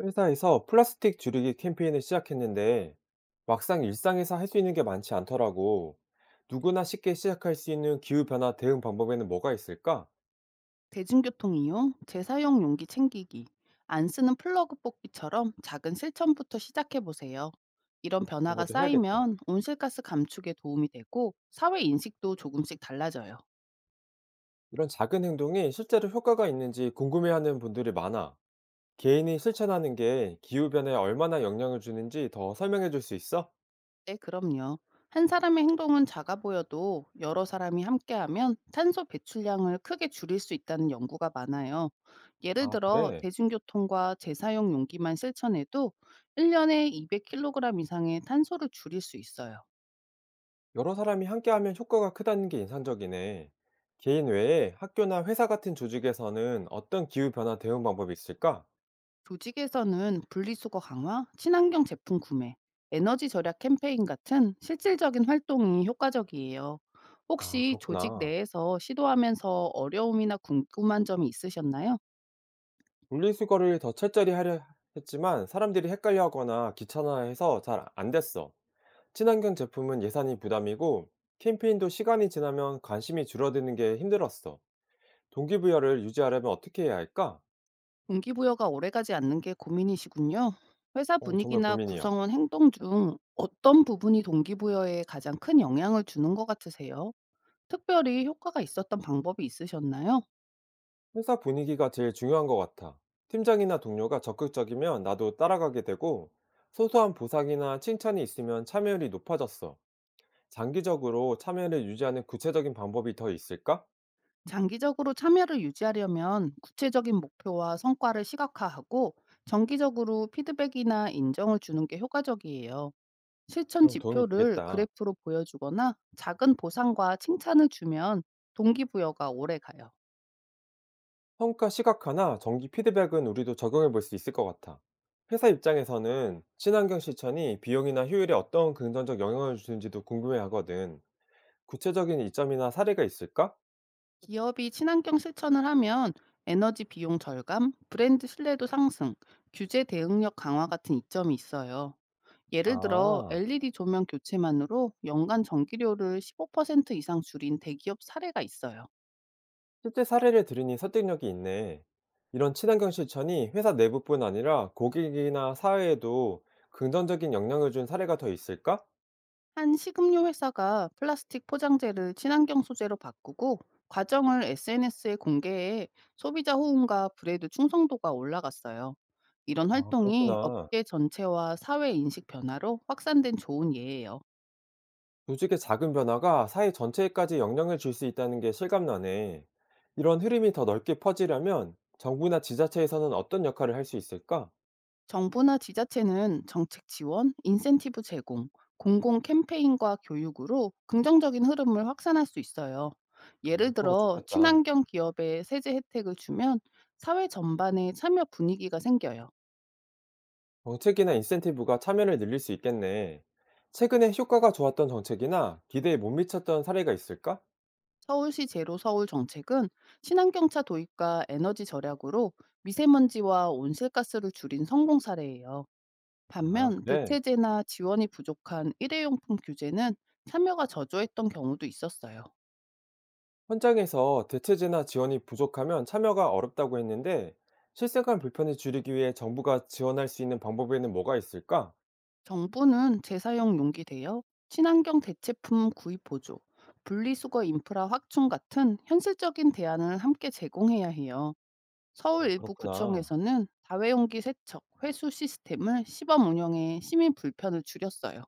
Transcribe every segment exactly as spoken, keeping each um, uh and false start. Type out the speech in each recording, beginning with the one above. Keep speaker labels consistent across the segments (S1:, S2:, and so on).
S1: 회사에서 플라스틱 줄이기 캠페인을 시작했는데 막상 일상에서 할 수 있는 게 많지 않더라고. 누구나 쉽게 시작할 수 있는 기후변화 대응 방법에는 뭐가 있을까?
S2: 대중교통 이용, 재사용 용기 챙기기, 안 쓰는 플러그 뽑기처럼 작은 실천부터 시작해 보세요. 이런
S1: 그런
S2: 변화가
S1: 것도 해야겠다.
S2: 쌓이면 온실가스 감축에 도움이 되고 사회 인식도 조금씩 달라져요.
S1: 이런 작은 행동이 실제로 효과가 있는지 궁금해하는 분들이 많아. 개인이 실천하는 게 기후변화에 얼마나 영향을 주는지 더 설명해 줄 수 있어?
S2: 네, 그럼요. 한 사람의 행동은 작아 보여도 여러 사람이 함께하면 탄소 배출량을 크게 줄일 수 있다는 연구가 많아요. 예를
S1: 아,
S2: 들어
S1: 그래.
S2: 대중교통과 재사용 용기만 실천해도 일 년에 이백 킬로그램 이상의 탄소를 줄일 수 있어요.
S1: 여러 사람이 함께하면 효과가 크다는 게 인상적이네. 개인 외에 학교나 회사 같은 조직에서는 어떤 기후변화 대응 방법이 있을까?
S2: 조직에서는 분리수거 강화, 친환경 제품 구매, 에너지 절약 캠페인 같은 실질적인 활동이 효과적이에요.
S1: 아
S2: 혹시 조직
S1: 그렇구나.
S2: 내에서 시도하면서 어려움이나 궁금한 점이 있으셨나요?
S1: 분리수거를 더 철저히 하려 했지만 사람들이 헷갈려하거나 귀찮아해서 잘 안 됐어. 친환경 제품은 예산이 부담이고 캠페인도 시간이 지나면 관심이 줄어드는 게 힘들었어. 동기부여를 유지하려면 어떻게 해야 할까?
S2: 동기부여가 오래가지 않는 게 고민이시군요. 회사
S1: 어, 정말
S2: 분위기나
S1: 고민이야.
S2: 구성원 행동 중 어떤 부분이 동기부여에 가장 큰 영향을 주는 것 같으세요? 특별히 효과가 있었던 방법이 있으셨나요?
S1: 회사 분위기가 제일 중요한 것 같아. 팀장이나 동료가 적극적이면 나도 따라가게 되고 소소한 보상이나 칭찬이 있으면 참여율이 높아졌어. 장기적으로 참여를 유지하는 구체적인 방법이 더 있을까?
S2: 장기적으로 참여를 유지하려면 구체적인 목표와 성과를 시각화하고 정기적으로 피드백이나 인정을 주는 게 효과적이에요. 실천
S1: 그럼 도움이
S2: 지표를
S1: 되겠다.
S2: 그래프로 보여주거나 작은 보상과 칭찬을 주면 동기부여가 오래 가요.
S1: 평가 시각화나 정기 피드백은 우리도 적용해 볼 수 있을 것 같아. 회사 입장에서는 친환경 실천이 비용이나 효율에 어떤 긍정적 영향을 주는지도 궁금해 하거든. 구체적인 이점이나 사례가 있을까?
S2: 기업이 친환경 실천을 하면 에너지 비용 절감, 브랜드 신뢰도 상승, 규제 대응력 강화 같은 이점이 있어요. 예를 들어
S1: 아,
S2: 엘이디 조명 교체만으로 연간 전기료를 십오 퍼센트 이상 줄인 대기업 사례가 있어요.
S1: 실제 사례를 들으니 설득력이 있네. 이런 친환경 실천이 회사 내부뿐 아니라 고객이나 사회에도 긍정적인 영향을 준 사례가 더 있을까?
S2: 한 식음료 회사가 플라스틱 포장재를 친환경 소재로 바꾸고 과정을 에스엔에스에 공개해 소비자 호응과 브랜드 충성도가 올라갔어요. 이런
S1: 아, 그렇구나.
S2: 활동이
S1: 그렇구나.
S2: 업계 전체와 사회 인식 변화로 확산된 좋은 예예요.
S1: 조직의 작은 변화가 사회 전체에까지 영향을 줄 수 있다는 게 실감나네. 이런 흐름이 더 넓게 퍼지려면 정부나 지자체에서는 어떤 역할을 할 수 있을까?
S2: 정부나 지자체는 정책 지원, 인센티브 제공, 공공 캠페인과 교육으로 긍정적인 흐름을 확산할 수 있어요. 예를
S1: 그런 거
S2: 들어
S1: 좋겠다.
S2: 친환경 기업에 세제 혜택을 주면 사회 전반에 참여 분위기가 생겨요.
S1: 정책이나 인센티브가 참여를 늘릴 수 있겠네. 최근에 효과가 좋았던 정책이나 기대에 못 미쳤던 사례가 있을까?
S2: 서울시 제로 서울 정책은 친환경차 도입과 에너지 절약으로 미세먼지와 온실가스를 줄인 성공 사례예요.
S1: 아,
S2: 반면
S1: 그래.
S2: 대체제나 지원이 부족한 일회용품 규제는 참여가 저조했던 경우도 있었어요.
S1: 현장에서 대체제나 지원이 부족하면 참여가 어렵다고 했는데 실생활 불편을 줄이기 위해 정부가 지원할 수 있는 방법에는 뭐가 있을까?
S2: 정부는 재사용 용기 대여, 친환경 대체품 구입 보조, 분리수거 인프라 확충 같은 현실적인 대안을 함께 제공해야 해요. 서울 일부
S1: 그렇구나.
S2: 구청에서는 다회용기 세척, 회수 시스템을 시범 운영해 시민 불편을 줄였어요.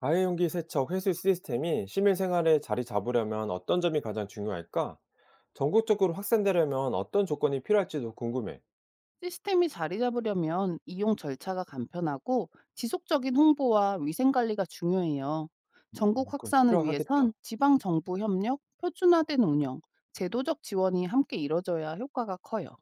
S1: 다해용기 세척 회수 시스템이 시민생활에 자리 잡으려면 어떤 점이 가장 중요할까? 전국적으로 확산되려면 어떤 조건이 필요할지도 궁금해.
S2: 시스템이 자리 잡으려면 이용 절차가 간편하고 지속적인 홍보와 위생 관리가 중요해요. 전국
S1: 어, 그럼
S2: 확산을 위해선
S1: 필요하겠다.
S2: 지방 정부 협력, 표준화된 운영, 제도적 지원이 함께 이뤄져야 효과가 커요.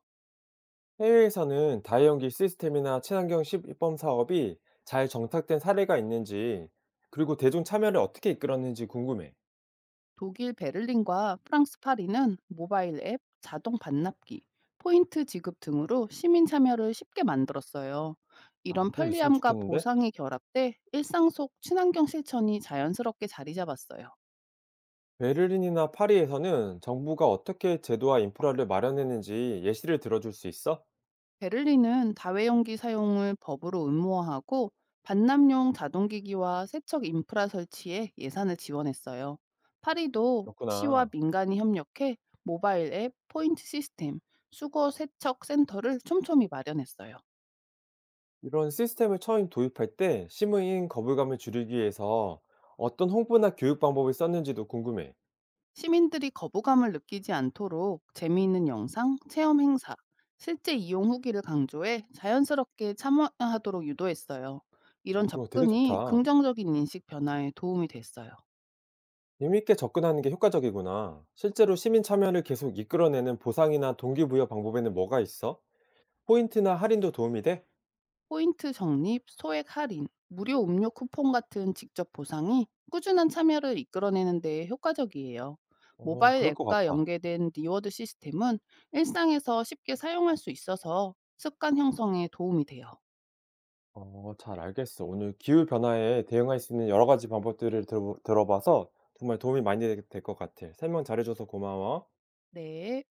S1: 해외에서는 다해용기 시스템이나 친환경 시범 사업이 잘 정착된 사례가 있는지, 그리고 대중 참여를 어떻게 이끌었는지 궁금해.
S2: 독일 베를린과 프랑스 파리는 모바일 앱, 자동 반납기, 포인트 지급 등으로 시민 참여를 쉽게 만들었어요.
S1: 아,
S2: 이런
S1: 그런 거 있으면
S2: 편리함과
S1: 좋겠는데?
S2: 보상이 결합돼 일상 속 친환경 실천이 자연스럽게 자리 잡았어요.
S1: 베를린이나 파리에서는 정부가 어떻게 제도와 인프라를 마련했는지 예시를 들어줄 수 있어?
S2: 베를린은 다회용기 사용을 법으로 의무화하고 반납용 자동기기와 세척 인프라 설치에 예산을 지원했어요. 파리도 시와
S1: 그렇구나.
S2: 민간이 협력해 모바일 앱, 포인트 시스템, 수거 세척 센터를 촘촘히 마련했어요.
S1: 이런 시스템을 처음 도입할 때 시무인 거부감을 줄이기 위해서 어떤 홍보나 교육 방법을 썼는지도 궁금해.
S2: 시민들이 거부감을 느끼지 않도록 재미있는 영상, 체험 행사, 실제 이용 후기를 강조해 자연스럽게 참여하도록 유도했어요.
S1: 어,
S2: 이런
S1: 그거 되게
S2: 접근이
S1: 좋다.
S2: 긍정적인 인식 변화에 도움이 됐어요.
S1: 재미있게 접근하는 게 효과적이구나. 실제로 시민 참여를 계속 이끌어내는 보상이나 동기부여 방법에는 뭐가 있어? 포인트나 할인도 도움이 돼?
S2: 포인트 적립, 소액 할인, 무료 음료 쿠폰 같은 직접 보상이 꾸준한 참여를 이끌어내는 데 효과적이에요.
S1: 어,
S2: 모바일
S1: 그럴 것
S2: 앱과
S1: 같아.
S2: 연계된 리워드 시스템은 일상에서 쉽게 사용할 수 있어서 습관 형성에 도움이 돼요.
S1: 어, 잘 알겠어. 오늘 기후 변화에 대응할 수 있는 여러 가지 방법들을 들어, 들어봐서 정말 도움이 많이 될 것 같아. 설명 잘해줘서 고마워.
S2: 네.